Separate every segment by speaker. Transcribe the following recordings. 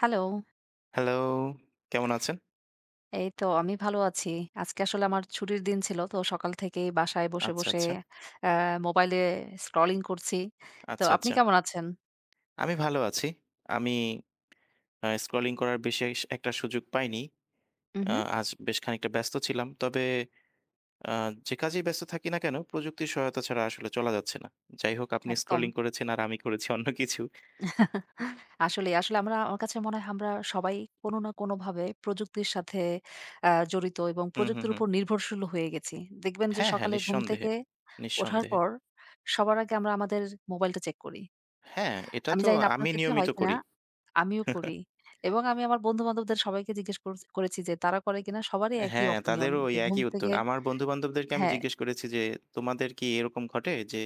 Speaker 1: Hello,
Speaker 2: hello, কেমন আছেন?
Speaker 1: এই তো আমি ভালো আছি। আজকে আসলে আমার ছুটির দিন ছিল। তো সকাল থেকেই বাসায় বসে,
Speaker 2: আচ্ছা,
Speaker 1: বসে
Speaker 2: আচ্ছা,
Speaker 1: অ্যা মোবাইলে স্ক্রলিং করছি। তো
Speaker 2: আচ্ছা,
Speaker 1: আপনি
Speaker 2: আচ্ছা।
Speaker 1: কেমন আছেন?
Speaker 2: আমি ভালো আছি। আমি স্ক্রলিং করার বিশেষ একটা সুযোগ পাইনি।
Speaker 1: উহু,
Speaker 2: আজ বেশ খানিকটা ব্যস্ত ছিলাম। তবে আ যে কাজেই ব্যস্ত থাকি না কেন, প্রযুক্তির সহায়তা ছাড়া আসলে চলা যাচ্ছে না। যাই হোক আপনি
Speaker 1: একদম।
Speaker 2: স্ক্রলিং করেছেন আর আমি করেছি অন্য কিছু।
Speaker 1: আসলেই, আসলে আমরা আমার কাছে মনে হয় আমরা সবাই কোনো না কোনোভাবে প্রযুক্তির সাথে জড়িত এবং
Speaker 2: হুম, হুম,
Speaker 1: প্রযুক্তির
Speaker 2: হুম।
Speaker 1: উপর নির্ভরশীল হয়ে গেছি। দেখবেন যে
Speaker 2: হ্যাঁ, হ্যাঁ,
Speaker 1: সকালে ঘুম
Speaker 2: নিঃসন্দেহে,
Speaker 1: থেকে ওঠার
Speaker 2: নিঃসন্দেহে।
Speaker 1: পর সবার আগে আমরা আমাদের মোবাইলটা চেক করি।
Speaker 2: হ্যাঁ, এটা
Speaker 1: আমি
Speaker 2: তো
Speaker 1: জানি না আপনার
Speaker 2: আমি
Speaker 1: ক্ষেত্রে
Speaker 2: নিয়মিত
Speaker 1: হয় কিনা?
Speaker 2: করি।
Speaker 1: আমিও করি। এবং আমি আমার বন্ধু-বান্ধবদের সবাইকে জিজ্ঞেস করেছি যে তারা করে কিনা? সবারই একই
Speaker 2: হ্যাঁ,
Speaker 1: opinion
Speaker 2: তাদেরও ওই
Speaker 1: যে ঘুম
Speaker 2: একই উত্তর।
Speaker 1: থেকে
Speaker 2: আমার বন্ধু-বান্ধবদেরকে আমি
Speaker 1: হ্যাঁ।
Speaker 2: জিজ্ঞেস করেছি যে, "তোমাদের কি এরকম ঘটে যে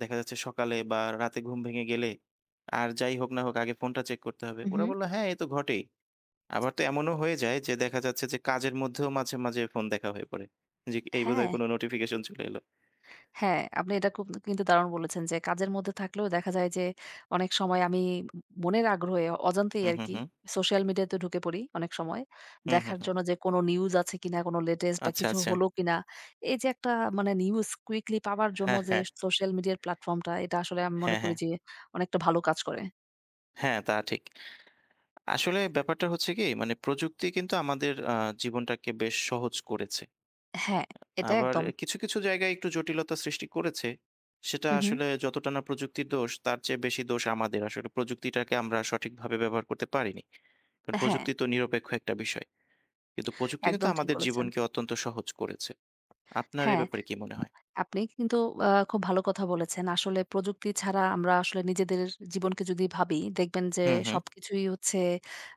Speaker 2: দেখা যাচ্ছে সকালে বা রাতে ঘুম ভেঙে গেলে আর যাই হোক না হোক আগে ফোনটা চেক করতে হবে?" ওরা
Speaker 1: উহু।
Speaker 2: বলল, "হ্যাঁ, এ তো ঘটেই।" আবার তো এমনও হয়ে যায় যে দেখা যাচ্ছে যে কাজের মধ্যেও মাঝে, মাঝে ফোন দেখা হয়ে পড়ে। যে এই বোধহয়
Speaker 1: হ্যাঁ,
Speaker 2: কোনো নোটিফিকেশন চলে এলো।
Speaker 1: হ্যাঁ, আপনি এটা খুব কিন্তু দারুণ বলেছেন যে কাজের মধ্যে থাকলেও দেখা যায় যে অনেক সময় আমি ম মনের আগ্রহে অজান্তেই
Speaker 2: হুম, হুম,
Speaker 1: আরকি
Speaker 2: হুম।
Speaker 1: সোশ্যাল মিডিয়াতে ঢুকে পড়ি অনেক সময়।
Speaker 2: হুম, হুম,
Speaker 1: দেখার
Speaker 2: হুম।
Speaker 1: জন্য যে কোনো নিউজ আছে কিনা, কোনো latest বা
Speaker 2: আচ্ছা,
Speaker 1: কিছু
Speaker 2: আচ্ছা।
Speaker 1: হলো কিনা। এই যে একটা মানে নিউজ quickly পাওয়ার জন্য
Speaker 2: হ্যাঁ,
Speaker 1: যে
Speaker 2: হ্যাঁ।
Speaker 1: সোশ্যাল মিডিয়ার প্ল্যাটফর্মটা এটা আসলে আমি মনে
Speaker 2: হ্যাঁ, হ্যাঁ।
Speaker 1: করি যে অনেকটা ভালো কাজ করে।
Speaker 2: হ্যাঁ, তা ঠিক। আসলে ব্যাপারটা হচ্ছে কি মানে প্রযুক্তি কিন্তু আমাদের জীবনটাকে বেশ সহজ করেছে।
Speaker 1: হ্যাঁ, এটা
Speaker 2: আবার
Speaker 1: একদম।
Speaker 2: কিছু, কিছু জায়গায় একটু জটিলতা সৃষ্টি করেছে। সেটা
Speaker 1: হু, হু।
Speaker 2: আসলে যতটা না প্রযুক্তির দোষ, তার চেয়ে বেশি দোষ আমাদের। আসলে প্রযুক্তিটাকে আমরা সঠিকভাবে ব্যবহার করতে পারিনি। কারণ
Speaker 1: হ্যাঁ,
Speaker 2: প্রযুক্তি তো নিরপেক্ষ একটা বিষয়। কিন্তু প্রযুক্তি কিন্তু
Speaker 1: একদম ঠিক
Speaker 2: আমাদের
Speaker 1: বলেছেন।
Speaker 2: জীবনকে অত্যন্ত সহজ করেছে। আপনার এ
Speaker 1: হ্যাঁ,
Speaker 2: ব্যাপারে কি মনে হয়?
Speaker 1: আপনি কিন্তু খুব ভালো কথা বলেছেন। আসলে প্রযুক্তি ছাড়া আমরা আসলে নিজেদের জীবনকে যদি ভাবি, দেখবেন যে
Speaker 2: হুম, হুম।
Speaker 1: সবকিছুই হচ্ছে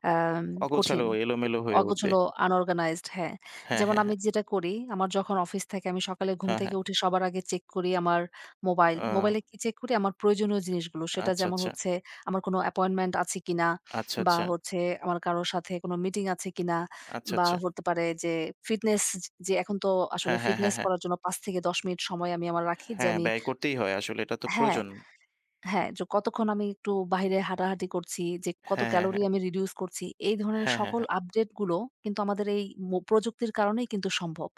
Speaker 1: আম কঠিন।
Speaker 2: অগোছালো, এলোমেলো হয়ে উঠবে।
Speaker 1: অগোছালো, unorganized হ্যাঁ।
Speaker 2: হ্যাঁ,
Speaker 1: যেমন
Speaker 2: হ্যাঁ, হ্যাঁ।
Speaker 1: আমি যেটা করি, আমার যখন অফিস থাকে আমি সকালে ঘুম
Speaker 2: হ্যাঁ,
Speaker 1: থেকে
Speaker 2: হ্যাঁ।
Speaker 1: উঠে সবার আগে চেক করি আমার মোবাইল। মোবাইলে
Speaker 2: ও
Speaker 1: কি চেক করি? আমার প্রয়োজনীয় জিনিসগুলো। সেটা
Speaker 2: আচ্ছা,
Speaker 1: যেমন
Speaker 2: আচ্ছা।
Speaker 1: হচ্ছে আমার কোনো অ্যাপয়েন্টমেন্ট আছে কিনা
Speaker 2: আচ্ছা,
Speaker 1: বা
Speaker 2: আচ্ছা।
Speaker 1: হচ্ছে আমার কারো সাথে কোনো মিটিং আছে কিনা
Speaker 2: আচ্ছা,
Speaker 1: বা
Speaker 2: আচ্ছা।
Speaker 1: হতে পারে যে ফিটনেস যে এখন তো আসলে
Speaker 2: হ্যাঁ, হ্যাঁ, হ্যাঁ,
Speaker 1: ফিটনেস
Speaker 2: হ্যাঁ।
Speaker 1: করার জন্য ৫ থেকে ১০ মিনিট সময় আমি আমার রাখি যে
Speaker 2: হ্যাঁ,
Speaker 1: আমি
Speaker 2: ব্যয় করতেই হয় আসলে। এটা তো
Speaker 1: হ্যাঁ।
Speaker 2: প্রয়োজন।
Speaker 1: হ্যাঁ, যে কতক্ষণ আমি একটু বাহিরে হাঁটাহাঁটি করছি, যে কত
Speaker 2: হ্যাঁ, হ্যাঁ,
Speaker 1: ক্যালোরি
Speaker 2: হ্যাঁ।
Speaker 1: আমি রিডিউস করছি। এই ধরনের
Speaker 2: হ্যাঁ, হ্যাঁ,
Speaker 1: সকল
Speaker 2: হ্যাঁ।
Speaker 1: আপডেট গুলো কিন্তু আমাদের এই প্রযুক্তির কারণেই কিন্তু সম্ভব।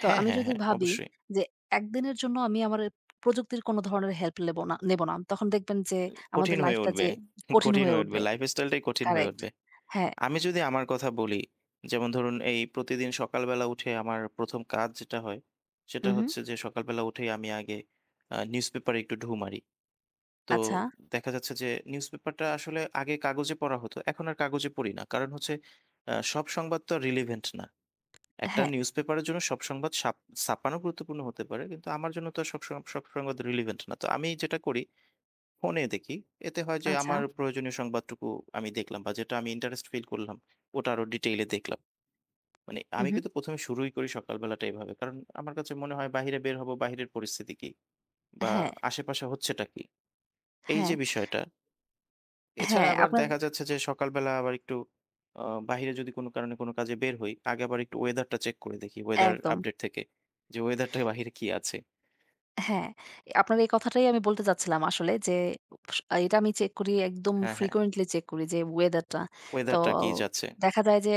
Speaker 1: তো
Speaker 2: হ্যাঁ,
Speaker 1: আমি
Speaker 2: হ্যাঁ,
Speaker 1: যদি
Speaker 2: হ্যাঁ।
Speaker 1: ভাবি
Speaker 2: অবশ্যই।
Speaker 1: যে একদিনের জন্য আমি আমার প্রযুক্তির কোনো ধরনের হেল্প লেব না নেব না। তখন দেখবেন যে আমাদের
Speaker 2: কঠিন হয়ে
Speaker 1: লাইফটা
Speaker 2: উঠবে।
Speaker 1: যে কঠিন
Speaker 2: কঠিন
Speaker 1: হয়ে
Speaker 2: হয়ে উঠবে।
Speaker 1: উঠবে।
Speaker 2: লাইফস্টাইলটাই কঠিন হয়ে
Speaker 1: কারেক্ট।
Speaker 2: উঠবে।
Speaker 1: হ্যাঁ।
Speaker 2: আমি যদি আমার কথা বলি, যেমন ধরুন এই প্রতিদিন সকালবেলা উঠে আমার ১ম কাজ যেটা হয়, সেটা
Speaker 1: উহু।
Speaker 2: হচ্ছে যে সকালবেলা উঠেই আমি আগে নিউজপেপারে একটু ঢুঁ মারি। তো
Speaker 1: আচ্ছা।
Speaker 2: দেখা যাচ্ছে যে নিউজপেপারটা আসলে আগে কাগজে পড়া হতো। এখন আর কাগজে পড়ি না। কারণ হচ্ছে সব সংবাদ তো আর রিলেভেন্ট না। একটা
Speaker 1: হ্যাঁ।
Speaker 2: নিউজপেপারের জন্য সব সংবাদ ছাপানো গুরুত্বপূর্ণ হতে পারে। কিন্তু আমার জন্য তো আর সব সংবাদ রিলেভেন্ট না। তো আমি যেটা করি ফোনে দেখি। এতে হয় যে
Speaker 1: আচ্ছা।
Speaker 2: আমার প্রয়োজনীয় সংবাদটুকু আমি দেখলাম বা যেটা আমি ইন্টারেস্ট ফিল করলাম, ওটা আরো ডিটেইল এ দেখলাম। মানে আমি
Speaker 1: উহু।
Speaker 2: কিন্তু ১ম এ শুরুই করি সকালবেলাটা এভাবে। কারণ আমার কাছে মনে হয় বাহিরে বের হব, বাহিরের পরিস্থিতি কি? বা
Speaker 1: হ্যাঁ,
Speaker 2: আশেপাশে হচ্ছেটা কি? এই
Speaker 1: হ্যাঁ,
Speaker 2: যে বিষয়টা। এছাড়া
Speaker 1: হ্যাঁ,
Speaker 2: আবার
Speaker 1: আপনার
Speaker 2: দেখা যাচ্ছে যে সকালবেলা আবার একটু আ বাহিরে যদি কোনো কারণে কোনো কাজে বের হই, আগে আবার একটু ওয়েদারটা চেক করে দেখি ওয়েদার
Speaker 1: একদম।
Speaker 2: আপডেট থেকে। যে ওয়েদারটা বাহিরে কি আছে?
Speaker 1: হ্যাঁ, আপনার এই কথাটাই আমি বলতে চাচ্ছিলাম আসলে যে এটা আমি চেক করি একদম
Speaker 2: হ্যাঁ, হ্যাঁ।
Speaker 1: frequently চেক করি যে ওয়েদারটা। তো
Speaker 2: ওয়েদারটা কি যাচ্ছে?
Speaker 1: দেখা যায় যে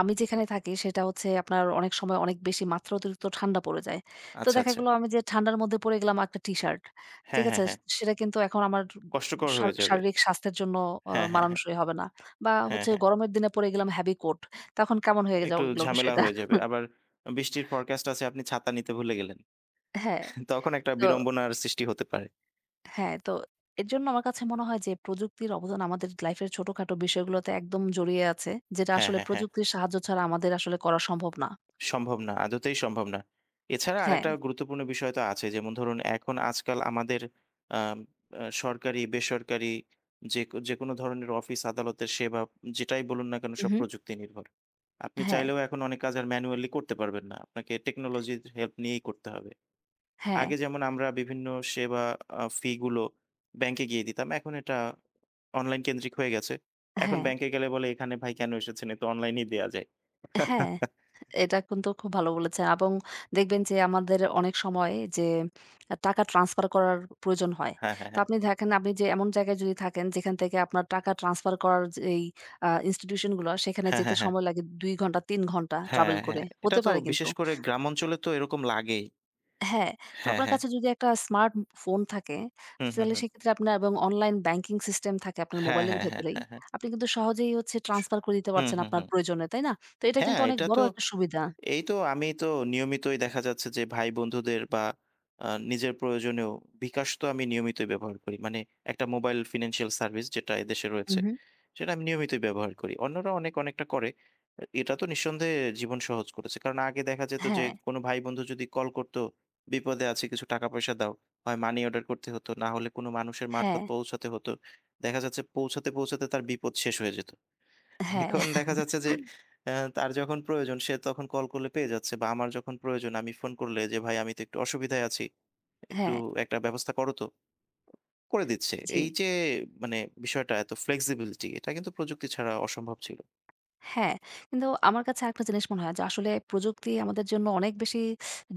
Speaker 1: আমি যেখানে থাকি সেটা হচ্ছে আপনার অনেক সময় অনেক বেশি মাত্রা অতিরিক্ত ঠান্ডা পড়ে যায়। তো
Speaker 2: আচ্ছা,
Speaker 1: দেখা
Speaker 2: আচ্ছা।
Speaker 1: গেল আমি যে ঠান্ডার মধ্যে পড়ে গেলাম একটা টি-শার্ট।
Speaker 2: হ্যাঁ,
Speaker 1: ঠিক
Speaker 2: হ্যাঁ,
Speaker 1: আছে?
Speaker 2: হ্যাঁ।
Speaker 1: সেটা কিন্তু এখন আমার
Speaker 2: কষ্টকর হয়ে যাবে।
Speaker 1: শারীরিক স্বাস্থ্যের জন্য
Speaker 2: হ্যাঁ, হ্যাঁ, হ্যাঁ।
Speaker 1: মানানসই হবে না। বা
Speaker 2: হ্যাঁ,
Speaker 1: হচ্ছে
Speaker 2: হ্যাঁ।
Speaker 1: গরমের দিনে পড়ে গেলাম heavy coat তখন কেমন হয়ে
Speaker 2: একটু
Speaker 1: যাবে এগুলো
Speaker 2: ঝামেলা
Speaker 1: বিষয়টা।
Speaker 2: হয়ে যাবে। আবার বৃষ্টির ফরকাস্ট আছে আপনি ছাতা নিতে ভুলে গেলেন।
Speaker 1: হ্যাঁ,
Speaker 2: তখন একটা
Speaker 1: তো
Speaker 2: বিড়ম্বনার সৃষ্টি হতে পারে।
Speaker 1: হ্যাঁ, তো এরজন্য আমার কাছে মনে হয় যে প্রযুক্তির অবদান আমাদের লাইফের ছোটখাটো বিষয়গুলোতে একদম জড়িয়ে আছে। যেটা
Speaker 2: হ্যাঁ,
Speaker 1: আসলে
Speaker 2: হ্যাঁ, হ্যাঁ।
Speaker 1: প্রযুক্তির সাহায্য ছাড়া আমাদের আসলে করা সম্ভব না।
Speaker 2: সম্ভব না। আদতেই সম্ভব না। এছাড়া
Speaker 1: হ্যাঁ,
Speaker 2: আরেকটা গুরুত্বপূর্ণ বিষয় তো আছে। যেমন ধরুন এখন আজকাল আমাদের আম সরকারি, বেসরকারি যে যেকোনো ধরনের অফিস আদালতের সেবা যেটাই বলুন না কেন
Speaker 1: উ
Speaker 2: সব
Speaker 1: হুম।
Speaker 2: প্রযুক্তি নির্ভর। আপনি
Speaker 1: হ্যাঁ,
Speaker 2: চাইলেও এখন অনেক কাজ আর ম্যানুয়ালি করতে পারবেন না। আপনাকে টেকনোলজির হেল্প নিয়েই করতে হবে।
Speaker 1: হ্যাঁ,
Speaker 2: আগে যেমন আমরা বিভিন্ন সেবা ফি গুলো ব্যাংকে গিয়ে দিতাম। এখন এটা অনলাইন কেন্দ্রিক হয়ে গেছে। এখন
Speaker 1: হ্যাঁ,
Speaker 2: ব্যাংকে গেলে বলে, "এখানে ভাই কেন এসেছেন? এ তো অনলাইনেই দেয়া যায়।"
Speaker 1: হ্যাঁ। এটা কিন্তু খুব ভালো বলেছেন এবং দেখবেন যে আমাদের অনেক সময় যে টাকা ট্রান্সফার করার প্রয়োজন হয়।
Speaker 2: হ্যাঁ, হ্যাঁ,
Speaker 1: তো
Speaker 2: হ্যাঁ।
Speaker 1: আপনি দেখেন আপনি যে এমন জায়গায় যদি থাকেন যেখান থেকে আপনার টাকা ট্রান্সফার করার যেই ইনস্টিটিউশন গুলো সেখানে
Speaker 2: হ্যাঁ,
Speaker 1: যেতে
Speaker 2: হ্যাঁ, হ্যাঁ।
Speaker 1: সময় লাগে ২ ঘন্টা ৩ ঘন্টা
Speaker 2: হ্যাঁ,
Speaker 1: ট্রাভেল করে।
Speaker 2: হ্যাঁ। এটা
Speaker 1: হতে
Speaker 2: তো
Speaker 1: পারে কিন্তু।
Speaker 2: বিশেষ করে গ্রাম অঞ্চলে তো এরকম লাগেই।
Speaker 1: হ্যাঁ, তো
Speaker 2: হ্যাঁ,
Speaker 1: আপনার
Speaker 2: হ্যাঁ।
Speaker 1: কাছে যদি একটা স্মার্ট ফোন থাকে,
Speaker 2: হুম, হুম,
Speaker 1: তাহলে
Speaker 2: হুম।
Speaker 1: সেক্ষেত্রে আপনার এবং অনলাইন ব্যাংকিং সিস্টেম থাকে আপনার
Speaker 2: হ্যাঁ,
Speaker 1: মোবাইলের
Speaker 2: হ্যাঁ, হ্যাঁ,
Speaker 1: ভেতরেই।
Speaker 2: হ্যাঁ, হ্যাঁ।
Speaker 1: আপনি কিন্তু সহজেই হচ্ছে
Speaker 2: স
Speaker 1: ট্রান্সফার করে দিতে
Speaker 2: হুম,
Speaker 1: পারছেন
Speaker 2: হুম,
Speaker 1: আপনার
Speaker 2: হুম।
Speaker 1: প্রয়োজনে, তাই না? তো এটা
Speaker 2: হ্যাঁ,
Speaker 1: কিন্তু অনেক
Speaker 2: এটা তো
Speaker 1: বড় একটা সুবিধা।
Speaker 2: এই তো আমি তো নিয়মিতই দেখা যাচ্ছে যে ভাই বন্ধুদের বা নিজের প্রয়োজনেও বিকাশ তো আমি নিয়মিতই ব্যবহার করি। মানে একটা মোবাইল ফিন্যান্সিয়াল সার্ভিস যেটা এদেশে রয়েছে,
Speaker 1: উহু।
Speaker 2: সেটা আমি নিয়মিতই ব্যবহার করি। অন্যরা অনেক অনেকটা করে। এটা তো নিঃসন্দেহে জীবন সহজ করেছে। কারণ আগে দেখা যেত যে
Speaker 1: হ্যাঁ,
Speaker 2: কোনো ভাই বন্ধু যদি কল করতো, "বিপদে আছি কিছু টাকা পয়সা দাও।" হয় মানি অর্ডার করতে হতো, না হলে কোনো মানুষের মারফত
Speaker 1: হ্যাঁ,
Speaker 2: পৌঁছাতে হতো। দেখা যাচ্ছে পৌঁছাতে, পৌঁছাতে তার বিপদ শেষ হয়ে যেত।
Speaker 1: হ্যাঁ,
Speaker 2: এখন দেখা যাচ্ছে যে তার যখন প্রয়োজন সে তখন কল করলে পেয়ে যাচ্ছে বা আমার যখন প্রয়োজন আমি ফোন করলে যে, "ভাই আমি তো একটু অসুবিধায় আছি। একটু
Speaker 1: হ্যাঁ,
Speaker 2: একটা ব্যবস্থা করো তো।" করে দিচ্ছে।
Speaker 1: জি।
Speaker 2: এই যে মানে বিষয়টা এত ফ্লেক্সিবিলিটি এটা কিন্তু প্রযুক্তি ছাড়া অসম্ভব ছিল।
Speaker 1: হ্যাঁ, কিন্তু আমার কাছে আরেকটা জিনিস মনে হয় যে আসলে প্রযুক্তি আমাদের জন্য অনেক বেশি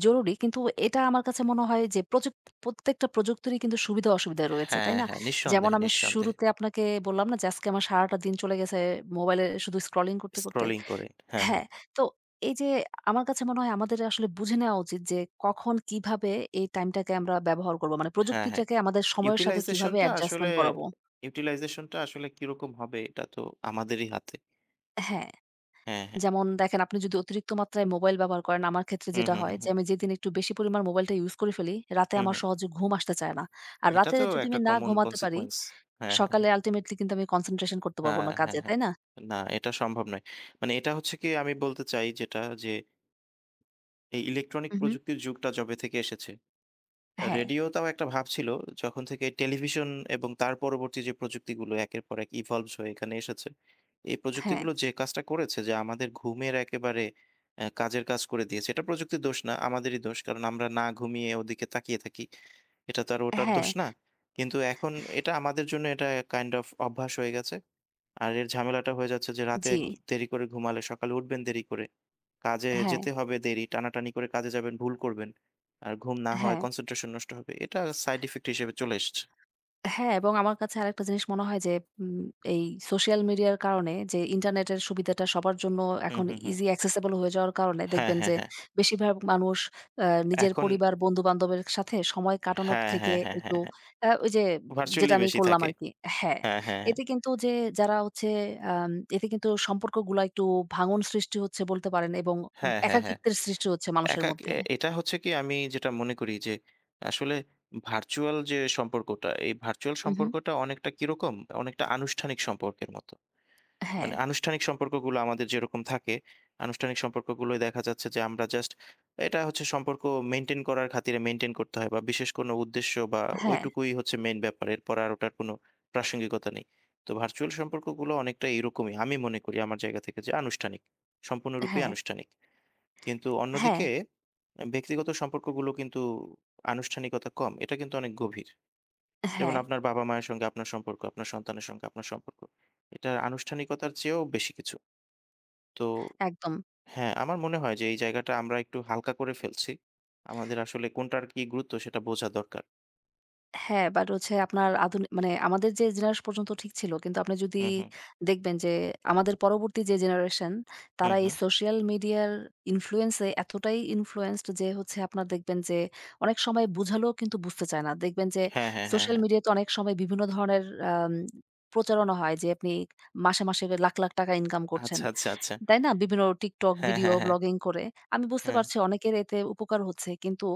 Speaker 1: জরুরি। কিন্তু এটা আমার কাছে মনে হয় যে প্রত্যেকটা প্রযুক্তিরই কিন্তু সুবিধা-অসুবিধা রয়েছে, তাই
Speaker 2: হ্যাঁ,
Speaker 1: না?
Speaker 2: হ্যাঁ,
Speaker 1: যেমন
Speaker 2: নিঃসন্দেহে,
Speaker 1: আমি
Speaker 2: নিঃসন্দেহে।
Speaker 1: শুরুতে আপনাকে বললাম না যে আজকে আমার সারাটা দিন চলে গেছে মোবাইলে শুধু স্ক্রলিং করতে।
Speaker 2: স্ক্রলিং করে। হ্যাঁ, হ্যাঁ।
Speaker 1: হ্যাঁ, তো এই যে আমার কাছে মনে হয় আমাদের আসলে বুঝে নেওয়া উচিত যে কখন কিভাবে এই টাইমটাকে আমরা ব্যবহার করব। মানে
Speaker 2: হ্যাঁ, হ্যাঁ।
Speaker 1: প্রযুক্তিটাকে আমাদের সময়ের সাথে কিভাবে
Speaker 2: ইউটিলাইজেশনটা আসলে
Speaker 1: অ্যাডজাস্টমেন্ট করাবো।
Speaker 2: ইউটিলাইজেশনটা আসলে কিরকম হবে এটা তো আমাদেরই হাতে।
Speaker 1: হ্যাঁ।
Speaker 2: হ্যাঁ, হ্যাঁ।
Speaker 1: যেমন দেখেন আপনি যদি অতিরিক্ত মাত্রায় মোবাইল ব্যবহার করেন, আমার ক্ষেত্রে
Speaker 2: হুম,
Speaker 1: যেটা
Speaker 2: হুম,
Speaker 1: হয়
Speaker 2: হুম,
Speaker 1: যে,
Speaker 2: হুম।
Speaker 1: আমি যেদিন একটু বেশি পরিমাণ মোবাইলটা ইউজ করে ফেলি, রাতে
Speaker 2: হুম,
Speaker 1: আমার
Speaker 2: হুম।
Speaker 1: সহজে ঘুম আসতে চায় না। আর
Speaker 2: এটা
Speaker 1: রাতে
Speaker 2: তো
Speaker 1: যদি
Speaker 2: একটা
Speaker 1: আমি না
Speaker 2: কমন
Speaker 1: ঘুমাতে পারি,
Speaker 2: কনসিকুয়েন্স। হ্যাঁ, হ্যাঁ।
Speaker 1: সকালে আল্টিমেটলি কিন্তু আমি কনসেন্ট্রেশন করতে পারব
Speaker 2: হ্যাঁ,
Speaker 1: না
Speaker 2: হ্যাঁ,
Speaker 1: কাজে,
Speaker 2: হ্যাঁ।
Speaker 1: তাই না?
Speaker 2: না, এটা সম্ভব নয়। মানে এটা হচ্ছে কি আমি বলতে চাই যেটা যে, এই ইলেকট্রনিক
Speaker 1: হু, হু।
Speaker 2: প্রযুক্তির যুগটা যবে থেকে এসেছে,
Speaker 1: হ্যাঁ,
Speaker 2: রেডিওটাও একটা ভাব ছিল। যখন থেকে টেলিভিশন এবং তার পরবর্তী যে প্রযুক্তিগুলো একের পর এক ইভলভস হয়ে এখানে এসেছে। এই
Speaker 1: হ্যাঁ,
Speaker 2: প্রযুক্তিগুলো যে কাজটা করেছে যে আমাদের ঘুমের একেবারে কাজের কাজ করে দিয়েছে। এটা প্রযুক্তির দোষ না, আমাদেরই দোষ। কারণ আমরা না ঘুমিয়ে ওদিকে তাকিয়ে থাকি। এটা তো আর ওটার
Speaker 1: হ্যাঁ,
Speaker 2: দোষ না। কিন্তু এখন এটা আমাদের জন্য এটা কাইন্ড অফ অভ্যাস হয়ে গেছে। আর এর ঝামেলাটা হয়ে যাচ্ছে যে রাতে
Speaker 1: জি,
Speaker 2: দেরি করে ঘুমালে সকালে উঠবেন দেরি করে। কাজে
Speaker 1: হ্যাঁ,
Speaker 2: যেতে হবে দেরি, টানাটানি করে কাজে যাবেন, ভুল করবেন। আর ঘুম না হওয়ায়
Speaker 1: হ্যাঁ।
Speaker 2: কনসেন্ট্রেশন নষ্ট হবে। এটা সাইড ইফেক্ট হিসেবে চলে এসছে।
Speaker 1: হ্যাঁ, এবং আমার কাছে আরেকটা জিনিস মনে হয় যে উম এই সোশ্যাল মিডিয়ার কারণে যে ইন্টারনেটের সুবিধাটা সবার জন্য
Speaker 2: হুম,
Speaker 1: এখন
Speaker 2: হুম, হুম।
Speaker 1: ইজি accessible হয়ে যাওয়ার কারণে
Speaker 2: হ্যাঁ,
Speaker 1: দেখবেন
Speaker 2: হ্যাঁ,
Speaker 1: যে
Speaker 2: হ্যাঁ।
Speaker 1: বেশিরভাগ মানুষ আ নিজের
Speaker 2: এখন
Speaker 1: পরিবার, বন্ধু-বান্ধবের সাথে সময় কাটানোর
Speaker 2: হ্যাঁ,
Speaker 1: থেকে
Speaker 2: হ্যাঁ, হ্যাঁ, হ্যাঁ,
Speaker 1: একটু
Speaker 2: হ্যাঁ।
Speaker 1: ওই যে যেটা
Speaker 2: ভার্চুয়ালি
Speaker 1: আমি
Speaker 2: বেশি
Speaker 1: করলাম
Speaker 2: থাকে।
Speaker 1: আরকি হ্যাঁ,
Speaker 2: হ্যাঁ, হ্যাঁ, হ্যাঁ।
Speaker 1: এতে কিন্তু যে যারা হচ্ছে এতে কিন্তু সম্পর্কগুলা একটু ভাঙন সৃষ্টি হচ্ছে বলতে পারেন এবং
Speaker 2: হ্যাঁ, হ্যাঁ, হ্যাঁ।
Speaker 1: একাকিত্বের সৃষ্টি হচ্ছে মানুষের
Speaker 2: একাক
Speaker 1: মধ্যে।
Speaker 2: এ এটা হচ্ছে কি আমি যেটা মনে করি যে আসলে ভার্চুয়াল যে সম্পর্কটা, এই ভার্চুয়াল
Speaker 1: উহু।
Speaker 2: সম্পর্কটা অনেকটা কিরকম? অনেকটা আনুষ্ঠানিক সম্পর্কের মতো। মানে
Speaker 1: হ্যাঁ,
Speaker 2: আনুষ্ঠানিক সম্পর্কগুলো আমাদের যেরকম থাকে, আনুষ্ঠানিক সম্পর্কগুলোই দেখা যাচ্ছে যে আমরা জাস্ট এটা হচ্ছে সম্পর্ক মেইনটেইন করার খাতিরে মেইনটেইন করতে হয় বা বিশেষ কোনো উদ্দেশ্য বা
Speaker 1: হ্যাঁ,
Speaker 2: ওইটুকুই হচ্ছে মেইন ব্যাপার। এরপর আর ওটার কোনো প্রাসঙ্গিকতা নেই। তো ভার্চুয়াল সম্পর্কগুলো অনেকটা এরকমই। আমি মনে করি আমার জায়গা থেকে যে আনুষ্ঠানিক। সম্পূর্ণরূপেই
Speaker 1: হ্যাঁ,
Speaker 2: আনুষ্ঠানিক। কিন্তু
Speaker 1: হ্যাঁ,
Speaker 2: অন্যদিকে ব্যক্তিগত সম্পর্কগুলো কিন্তু আনুষ্ঠানিকতা কম। এটা কিন্তু অনেক গভীর। যেমন
Speaker 1: হ্যাঁ,
Speaker 2: আপনার বাবা-মায়ের সঙ্গে আপনার সম্পর্ক, আপনার সন্তানের সঙ্গে আপনার সম্পর্ক। এটা আনুষ্ঠানিকতার চেয়েও বেশি কিছু। তো
Speaker 1: একদম।
Speaker 2: হ্যাঁ, আমার মনে হয় যে এই জায়গাটা আমরা একটু হালকা করে ফেলছি। আমাদের আসলে কোনটার কি গুরুত্ব সেটা বোঝা দরকার।
Speaker 1: হ্যাঁ, বাট হচ্ছে আপনার মানে আমাদের যে জেনারেশন পর্যন্ত ঠিক ছিল। কিন্তু আপনি যদি
Speaker 2: হুম, হুম,
Speaker 1: দেখবেন যে আমাদের পরবর্তী যে জেনারেশন
Speaker 2: হুম,
Speaker 1: তারা এই
Speaker 2: হুম।
Speaker 1: সোশ্যাল মিডিয়ার ইনফ্লুয়েন্স এ এতটাই ইনফ্লুয়েন্সড যে হচ্ছে আপনার দেখবেন যে অনেক সময় বুঝালেও কিন্তু বুঝতে চায় না। দেখবেন যে
Speaker 2: হ্যাঁ, হ্যাঁ, হ্যাঁ,
Speaker 1: সোশ্যাল
Speaker 2: হ্যাঁ।
Speaker 1: মিডিয়াতে অনেক সময় বিভিন্ন ধরনের আম প্রচারণা হয় যে আপনি মাসে, মাসে লাখ, লাখ টাকা ইনকাম করছেন।
Speaker 2: আচ্ছা, আচ্ছা, আচ্ছা।
Speaker 1: তাই না? বিভিন্ন TikTok
Speaker 2: হ্যাঁ,
Speaker 1: ভিডিও
Speaker 2: হ্যাঁ, হ্যাঁ।
Speaker 1: ব্লগিং করে। আমি বুঝতে
Speaker 2: হ্যাঁ,
Speaker 1: পারছি অনেকের এতে উপকার হচ্ছে। কিন্তু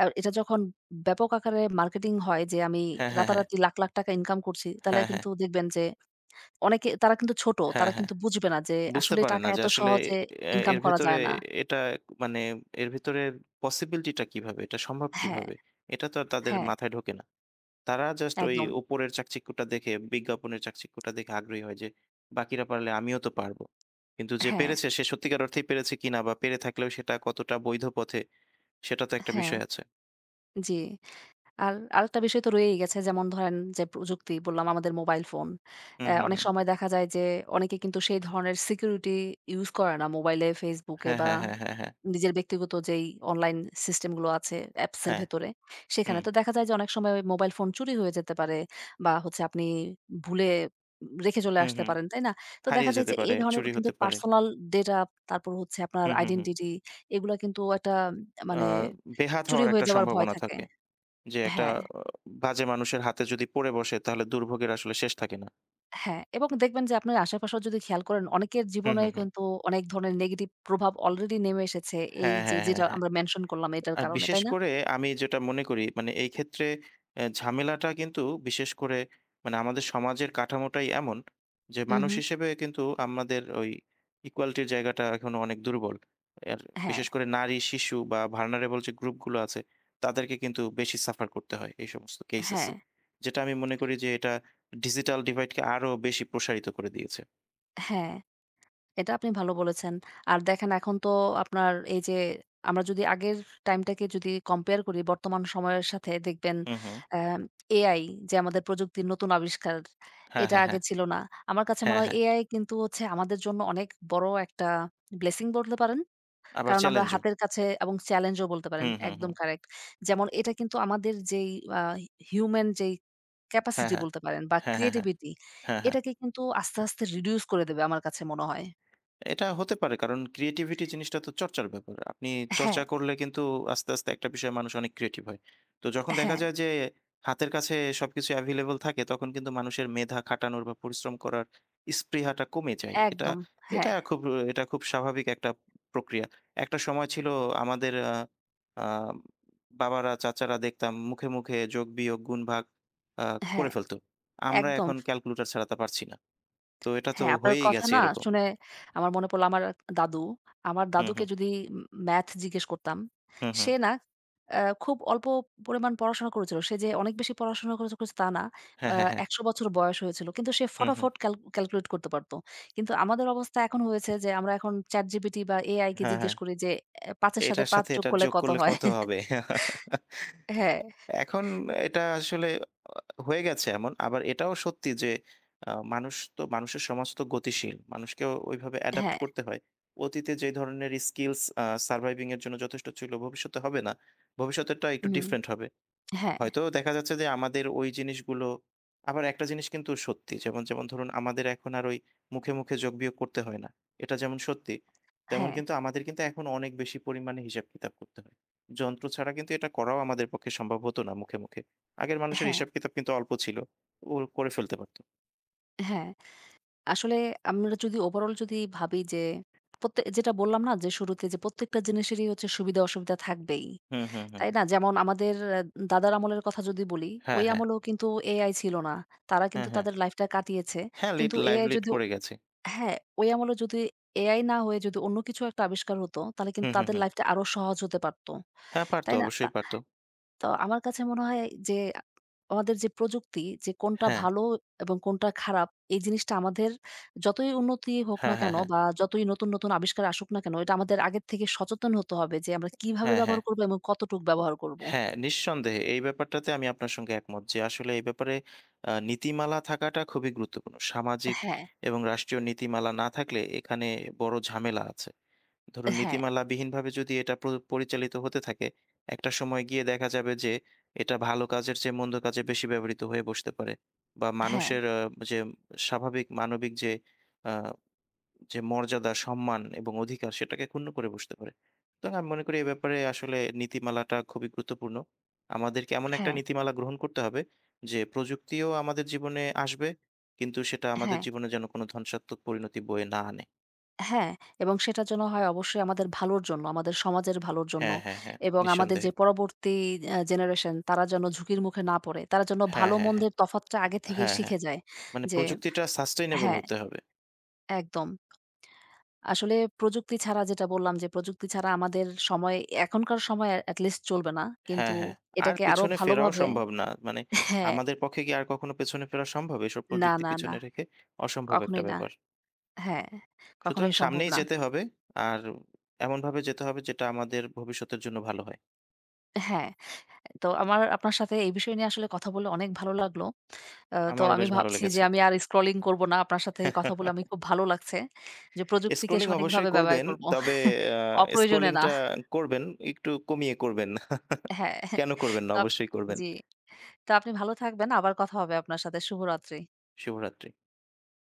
Speaker 1: এটা যখন ব্যাপক আকারে মার্কেটিং হয় যে আমি
Speaker 2: হ্যাঁ, হ্যাঁ, হ্যাঁ।
Speaker 1: রাতারাতি লাখ, লাখ টাকা ইনকাম করছি, তাহলে
Speaker 2: হ্যাঁ, হ্যাঁ।
Speaker 1: কিন্তু দেখবেন যে অনেকে তারা কিন্তু ছোট।
Speaker 2: হ্যাঁ,
Speaker 1: তারা
Speaker 2: হ্যাঁ।
Speaker 1: কিন্তু বুঝবে না যে
Speaker 2: বুঝতে
Speaker 1: আসলে
Speaker 2: পারে
Speaker 1: টাকা
Speaker 2: না যে
Speaker 1: এত
Speaker 2: আসলে
Speaker 1: সহজে
Speaker 2: এ
Speaker 1: ইনকাম
Speaker 2: এর
Speaker 1: করা
Speaker 2: ভেতরে
Speaker 1: যায় না।
Speaker 2: এটা মানে এর ভেতরে পসিবিলিটি টা কিভাবে? এটা সম্ভব
Speaker 1: হ্যাঁ,
Speaker 2: কিভাবে? এটা তো আর তাদের
Speaker 1: হ্যাঁ,
Speaker 2: মাথায় ঢোকে না। তারা জাস্ট ওই
Speaker 1: একদম।
Speaker 2: উপরের চাকচিক্যটা দেখে, বিজ্ঞাপনের চাকচিক্যটা দেখে আগ্রহী হয় যে, "বাকিরা পারলে আমিও তো পারব।" কিন্তু যে
Speaker 1: হ্যাঁ,
Speaker 2: পেরেছে সে সত্যিকার অর্থেই পেরেছে কিনা বা পেরে থাকলেও সেটা কতটা বৈধ পথে সেটা তো একটা
Speaker 1: হ্যাঁ,
Speaker 2: বিষয় আছে।
Speaker 1: জি। আর আরেকটা বিষয় তো রয়েই গেছে। যেমন ধরেন যে প্রযুক্তি বললাম আমাদের মোবাইল ফোন।
Speaker 2: হুম, হুম,
Speaker 1: অনেক
Speaker 2: হুম।
Speaker 1: সময় দেখা যায় যে অনেকে কিন্তু সেই ধরনের সিকিউরিটি ইউজ করে না। মোবাইলে, Facebook এ
Speaker 2: হ্যাঁ,
Speaker 1: বা
Speaker 2: হ্যাঁ, হ্যাঁ, হ্যাঁ, হ্যাঁ।
Speaker 1: নিজের ব্যক্তিগত যেই অনলাইন সিস্টেম গুলো আছে অ্যাপস এর
Speaker 2: হ্যাঁ,
Speaker 1: ভেতরে সেখানে।
Speaker 2: হুম,
Speaker 1: তো দেখা যায় যে অনেক সময় মোবাইল ফোন চুরি হয়ে যেতে পারে বা হচ্ছে আপনি ভুলে রেখে চলে
Speaker 2: হুম,
Speaker 1: আসতে
Speaker 2: হুম।
Speaker 1: পারেন, তাই না? তো দেখা
Speaker 2: হারিয়ে
Speaker 1: যায়
Speaker 2: যেতে
Speaker 1: যে এই
Speaker 2: পারে,
Speaker 1: ধরনের
Speaker 2: চুরি
Speaker 1: কিন্তু
Speaker 2: হতে পারে।
Speaker 1: পার্সোনাল ডেটা তারপর হচ্ছে আপনার
Speaker 2: হুম, হুম, হুম।
Speaker 1: আইডেন্টিটি এগুলা কিন্তু একটা
Speaker 2: আ
Speaker 1: মানে
Speaker 2: বেহাত
Speaker 1: চুরি
Speaker 2: হওয়ার
Speaker 1: হয়ে
Speaker 2: একটা
Speaker 1: যাওয়ার ভয়
Speaker 2: সম্ভাবনা
Speaker 1: থাকে।
Speaker 2: থাকে। যে একটা
Speaker 1: হ্যাঁ।
Speaker 2: অ বাজে মানুষের হাতে যদি পড়ে বসে তাহলে দুর্ভোগের আসলে শেষ থাকে না।
Speaker 1: হ্যাঁ, এবং দেখবেন যে আপনার আশেপাশেও যদি খেয়াল করেন অনেকের
Speaker 2: হুম,
Speaker 1: জীবনে
Speaker 2: হুম, হুম।
Speaker 1: কিন্তু অনেক ধরনের নেগেটিভ প্রভাব অলরেডি নেমে এসেছে এই
Speaker 2: হ্যাঁ,
Speaker 1: যে
Speaker 2: হ্যাঁ, হ্যাঁ,
Speaker 1: যেটা
Speaker 2: হ্যাঁ।
Speaker 1: আমরা মেনশন করলাম এটার কারণে,
Speaker 2: বিশেষ
Speaker 1: তাই না?
Speaker 2: করে আমি যেটা মনে করি মানে এই ক্ষেত্রে ঝামেলাটা কিন্তু বিশেষ করে মানে আমাদের সমাজের কাঠামোটাই এমন যে
Speaker 1: হুম,
Speaker 2: মানুষ
Speaker 1: হুম।
Speaker 2: হিসেবে কিন্তু আমাদের ওই ইকুয়ালিটির জায়গাটা এখনো অনেক দুর্বল। আর
Speaker 1: হ্যাঁ,
Speaker 2: বিশেষ করে নারী, শিশু বা ভালনারেবল যে গ্রুপগুলো আছে তাদেরকে কিন্তু বেশি সাফার করতে হয় এই সমস্ত কেসেস
Speaker 1: হ্যাঁ,
Speaker 2: এ। যেটা আমি মনে করি যে এটা ডিজিটাল ডিভাইডকে আরো বেশি প্রসারিত করে দিয়েছে।
Speaker 1: হ্যাঁ। এটা আপনি ভালো বলেছেন। আর দেখেন এখন তো আপনার এই যে আমরা যদি আগের টাইমটাকে যদি কম্পেয়ার করি বর্তমান সময়ের সাথে দেখবেন
Speaker 2: হুম, হুম।
Speaker 1: আ এআই যে আমাদের প্রযুক্তির নতুন আবিষ্কার
Speaker 2: হ্যাঁ,
Speaker 1: এটা
Speaker 2: হ্যাঁ,
Speaker 1: আগে
Speaker 2: হ্যাঁ।
Speaker 1: ছিল না। আমার কাছে মনে
Speaker 2: হ্যাঁ,
Speaker 1: হয়
Speaker 2: হ্যাঁ।
Speaker 1: এআই কিন্তু হচ্ছে আমাদের জন্য অনেক বড় একটা ব্লেসিং বলতে পারেন।
Speaker 2: আবার
Speaker 1: কারণ আমরা
Speaker 2: চ্যালেঞ্জও।
Speaker 1: হাতের কাছে এবং চ্যালেঞ্জও বলতে পারেন।
Speaker 2: হুম, হুম,
Speaker 1: একদম
Speaker 2: হুম।
Speaker 1: কারেক্ট। যেমন এটা কিন্তু আমাদের যেই আ হিউম্যান যেই
Speaker 2: হ্যাঁ,
Speaker 1: ক্যাপাসিটি
Speaker 2: হ্যাঁ।
Speaker 1: বলতে পারেন বা
Speaker 2: হ্যাঁ, হ্যাঁ, হ্যাঁ।
Speaker 1: ক্রিয়েটিভিটি
Speaker 2: হ্যাঁ, হ্যাঁ।
Speaker 1: এটাকে কিন্তু আস্তে, আস্তে রিডিউস করে দেবে আমার কাছে মনে হয়।
Speaker 2: এটা হতে পারে কারণ ক্রিয়েটিভিটি জিনিসটা তো চর্চার ব্যাপার। আপনি
Speaker 1: হ্যাঁ,
Speaker 2: চর্চা করলে কিন্তু আস্তে, আস্তে একটা বিষয়ে মানুষ অনেক ক্রিয়েটিভ হয়। তো যখন দেখা
Speaker 1: হ্যাঁ,
Speaker 2: যায় যে হাতের কাছে সবকিছু এভেইলেবল থাকে তখন কিন্তু মানুষের মেধা খাটানোর বা পরিশ্রম করার স্পৃহাটা কমে যায়। এটা
Speaker 1: একদম।
Speaker 2: এটা
Speaker 1: হ্যাঁ,
Speaker 2: খুব এটা খুব স্বাভাবিক একটা প্রক্রিয়া। একটা সময় ছিল আমাদের আ আ বাবারা, চাচারা দেখতাম মুখে, মুখে যোগ, বিয়োগ, গুণ, ভাগ আ করে
Speaker 1: হ্যাঁ,
Speaker 2: ফেলত। আমরা
Speaker 1: একদম।
Speaker 2: এখন ক্যালকুলেটর ছাড়া তা পারছি না। তো এটা তো
Speaker 1: হ্যাঁ, আপনার
Speaker 2: হয়েই
Speaker 1: কথা
Speaker 2: গেছে
Speaker 1: না
Speaker 2: এরকম।
Speaker 1: শুনে আমার মনে পড়লো আমার এক দাদু। আমার
Speaker 2: হুম,
Speaker 1: দাদুকে
Speaker 2: হুম।
Speaker 1: যদি ম্যাথ জিজ্ঞেস করতাম,
Speaker 2: হুম, হুম।
Speaker 1: সে না খুব অল্প পরিমাণ পড়াশোনা করেছিল। সে যে অনেক বেশি পড়াশোনা করেছে তা না।
Speaker 2: হ্যাঁ,
Speaker 1: আ
Speaker 2: হ্যাঁ, হ্যাঁ।
Speaker 1: ১০০ বছর বয়স হয়েছিল। কিন্তু সে
Speaker 2: হুম, হুম।
Speaker 1: ফটাফট ক্যালকুলেট করতে পারত। কিন্তু আমাদের অবস্থা এখন হয়েছে যে আমরা এখন ChatGPT বা AI কে
Speaker 2: হ্যাঁ, হ্যাঁ।
Speaker 1: জিজ্ঞেস করি যে ৫ এর সাথে
Speaker 2: এটার
Speaker 1: ৫
Speaker 2: সাথে
Speaker 1: যোগ
Speaker 2: এটার
Speaker 1: করলে
Speaker 2: যোগ
Speaker 1: কত
Speaker 2: করলে
Speaker 1: হয়?
Speaker 2: কত হবে?
Speaker 1: হ্যাঁ,
Speaker 2: এখন এটা আসলে হয়ে গেছে এমন। আবার এটাও সত্যি যে আ মানুষ তো মানুষের সমাজ তো গতিশীল। মানুষকেও ওইভাবে অ্যাডাপ্ট
Speaker 1: হ্যাঁ,
Speaker 2: করতে হয়। অতীতে যে ধরনের স্কিলস সার্ভাইভিং এর জন্য যথেষ্ট ছিল ভবিষ্যতে হবে না। ভবিষ্যতেরটা একটু
Speaker 1: হুম,
Speaker 2: ডিফারেন্ট হবে।
Speaker 1: হ্যাঁ,
Speaker 2: হয়তো দেখা যাচ্ছে যে আমাদের ওই জিনিসগুলো আবার একটা জিনিস কিন্তু সত্যি। যেমন ধরুন আমাদের এখন আর ওই মুখে, মুখে যোগ বিয়োগ করতে হয় না। এটা যেমন সত্যি, তেমন
Speaker 1: হ্যাঁ,
Speaker 2: কিন্তু আমাদের এখন অনেক বেশি পরিমাণে হিসাব-কিতাব করতে হয়। যন্ত্র ছাড়া কিন্তু এটা করাও আমাদের পক্ষে সম্ভব হতো না মুখে, মুখে। আগের মানুষের
Speaker 1: হ্যাঁ,
Speaker 2: হিসাব-কিতাব কিন্তু অল্প ছিল। ও করে ফেলতে পারত।
Speaker 1: হ্যাঁ। আসলে আমরা যদি ওভারঅল যদি ভাবি যে যেটা বললাম না যে শুরুতে যে প্রত্যেকটা জিনিসেরই হচ্ছে সুবিধা অসুবিধা থাকবেই।
Speaker 2: হুম, হুম, হুম,
Speaker 1: তাই
Speaker 2: হুম।
Speaker 1: না? যেমন আমাদের দাদার আমলের কথা যদি বলি,
Speaker 2: হ্যাঁ,
Speaker 1: ওই
Speaker 2: হ্যাঁ।
Speaker 1: আমলেও কিন্তু AI ছিল না। তারা
Speaker 2: হ্যাঁ,
Speaker 1: কিন্তু
Speaker 2: হ্যাঁ।
Speaker 1: তাদের লাইফটা কাটিয়েছে।
Speaker 2: হ্যাঁ, লিড
Speaker 1: কিন্তু
Speaker 2: লাইভ
Speaker 1: AI
Speaker 2: লিড
Speaker 1: যদি
Speaker 2: করে গেছে।
Speaker 1: হ্যাঁ, ওই আমলে যদি AI না হয়ে যদি অন্য কিছু একটা আবিষ্কার হতো, তাহলে কিন্তু
Speaker 2: হুম, হুম,
Speaker 1: তাদের
Speaker 2: হুম।
Speaker 1: লাইফটা আরো সহজ হতে পারত।
Speaker 2: হ্যাঁ, পারত।
Speaker 1: তাই না? তা
Speaker 2: অবশ্যই পারত।
Speaker 1: তো আমার কাছে মনে হয় যে আমাদের যে প্রযুক্তি যে কোনটা
Speaker 2: হ্যাঁ।
Speaker 1: ভালো এবং কোনটা খারাপ এই জিনিসটা আমাদের যতই উন্নতি হোক না
Speaker 2: হ্যাঁ, হ্যাঁ,
Speaker 1: কেন
Speaker 2: হ্যাঁ।
Speaker 1: বা যতই নতুন, নতুন আবিষ্কার আসুক না কেন এটা আমাদের আগের থেকে সচেতন হতে হবে যে আমরা কিভাবে
Speaker 2: হ্যাঁ, হ্যাঁ।
Speaker 1: ব্যবহার করব এবং কতটুক ব্যবহার করব।
Speaker 2: হ্যাঁ, নিঃসন্দেহে এই ব্যাপারটাতে আমি আপনার সঙ্গে একমত যে আসলে এই ব্যাপারে নীতিমালা থাকাটা খুবই গুরুত্বপূর্ণ। সামাজিক
Speaker 1: হ্যাঁ,
Speaker 2: এবং রাষ্ট্রীয় নীতিমালা না থাকলে এখানে বড় ঝামেলা আছে। ধরুন
Speaker 1: হ্যাঁ,
Speaker 2: নীতিমালাবিহীনভাবে যদি এটা পরিচালিত হতে থাকে, একটা সময় গিয়ে দেখা যাবে যে এটা ভালো কাজের চেয়ে মন্দ কাজে বেশি ব্যবহৃত হয়ে বসতে পারে। বা
Speaker 1: হ্যাঁ,
Speaker 2: মানুষের আ যে স্বাভাবিক মানবিক যে আ যে মর্যাদা, সম্মান এবং অধিকার সেটাকে ক্ষুণ্ণ করে বসতে পারে। তো আমি মনে করি এ ব্যাপারে আসলে নীতিমালাটা খুবই গুরুত্বপূর্ণ। আমাদেরকে এমন একটা
Speaker 1: হ্যাঁ,
Speaker 2: নীতিমালা গ্রহণ করতে হবে যে প্রযুক্তিও আমাদের জীবনে আসবে, কিন্তু সেটা আমাদের
Speaker 1: হ্যাঁ,
Speaker 2: জীবনে যেন কোনো ধ্বংসাত্মক পরিণতি বয়ে না আনে।
Speaker 1: হ্যাঁ এবং সেটা যেন হয় অবশ্যই আমাদের ভালোর জন্য, আমাদের সমাজের ভালোর জন্য
Speaker 2: হ্যাঁ, হ্যাঁ, হ্যাঁ,
Speaker 1: এবং আমাদের
Speaker 2: নিঃসন্দেহে।
Speaker 1: যে পরবর্তী জেনারেশন তারা যেন ঝুঁকির মুখে না পড়ে। তারা যেন
Speaker 2: হ্যাঁ,
Speaker 1: ভালো
Speaker 2: হ্যাঁ, হ্যাঁ।
Speaker 1: মন্দের তফাৎটা আগে থেকে
Speaker 2: হ্যাঁ, হ্যাঁ।
Speaker 1: শিখে যায়
Speaker 2: মানে
Speaker 1: যে
Speaker 2: প্রযুক্তিটা সাস্টেইনেবল
Speaker 1: হ্যাঁ,
Speaker 2: হতে হবে।
Speaker 1: একদম। আসলে প্রযুক্তি ছাড়া যেটা বললাম যে, প্রযুক্তি ছাড়া আমাদের সময় এখনকার সময় এট লিস্ট চলবে না। কিন্তু
Speaker 2: হ্যাঁ, হ্যাঁ। আর
Speaker 1: এটাকে আরো
Speaker 2: পিছনে ফেরাও
Speaker 1: ভালোভাবে
Speaker 2: সম্ভব না। মানে
Speaker 1: হ্যাঁ,
Speaker 2: আমাদের পক্ষে কি আর কখনো পেছনে ফেরা সম্ভব? এসব
Speaker 1: না,
Speaker 2: প্রযুক্তি
Speaker 1: না, না,
Speaker 2: পিছনে রেখে অসম্ভব একটা
Speaker 1: কখনোই না।
Speaker 2: ব্যাপার।
Speaker 1: হ্যাঁ,
Speaker 2: সুতরাং
Speaker 1: কখনোই সম্ভব
Speaker 2: সামনেই
Speaker 1: না।
Speaker 2: যেতে হবে। আর এমনভাবে যেতে হবে যেটা আমাদের ভবিষ্যতের জন্য ভালো হয়।
Speaker 1: হ্যাঁ, তো আমার আপনার সাথে এই বিষয় নিয়ে আসলে কথা বলে অনেক ভালো লাগলো। তো
Speaker 2: আমারও
Speaker 1: আমি
Speaker 2: বেশ ভালো
Speaker 1: ভাবছি যে
Speaker 2: লেগেছে।
Speaker 1: আমি আর স্ক্রলিং করব না। আপনার সাথে কথা বলে আমি খুব ভালো লাগছে। যে প্রযুক্তিকে
Speaker 2: স্ক্রলিং অবশ্যই
Speaker 1: সঠিকভাবে ব্যবহার
Speaker 2: করবেন।
Speaker 1: করব।
Speaker 2: তবে আ
Speaker 1: অপ্রয়োজনে না।
Speaker 2: স্ক্রলিংটা করবেন, একটু কমিয়ে করবেন।
Speaker 1: হ্যাঁ,
Speaker 2: কেন করবেন না?
Speaker 1: তো
Speaker 2: অবশ্যই করবেন।
Speaker 1: জি। তো আপনি ভালো থাকবেন। আবার কথা হবে আপনার সাথে। শুভরাত্রি।
Speaker 2: শুভরাত্রি।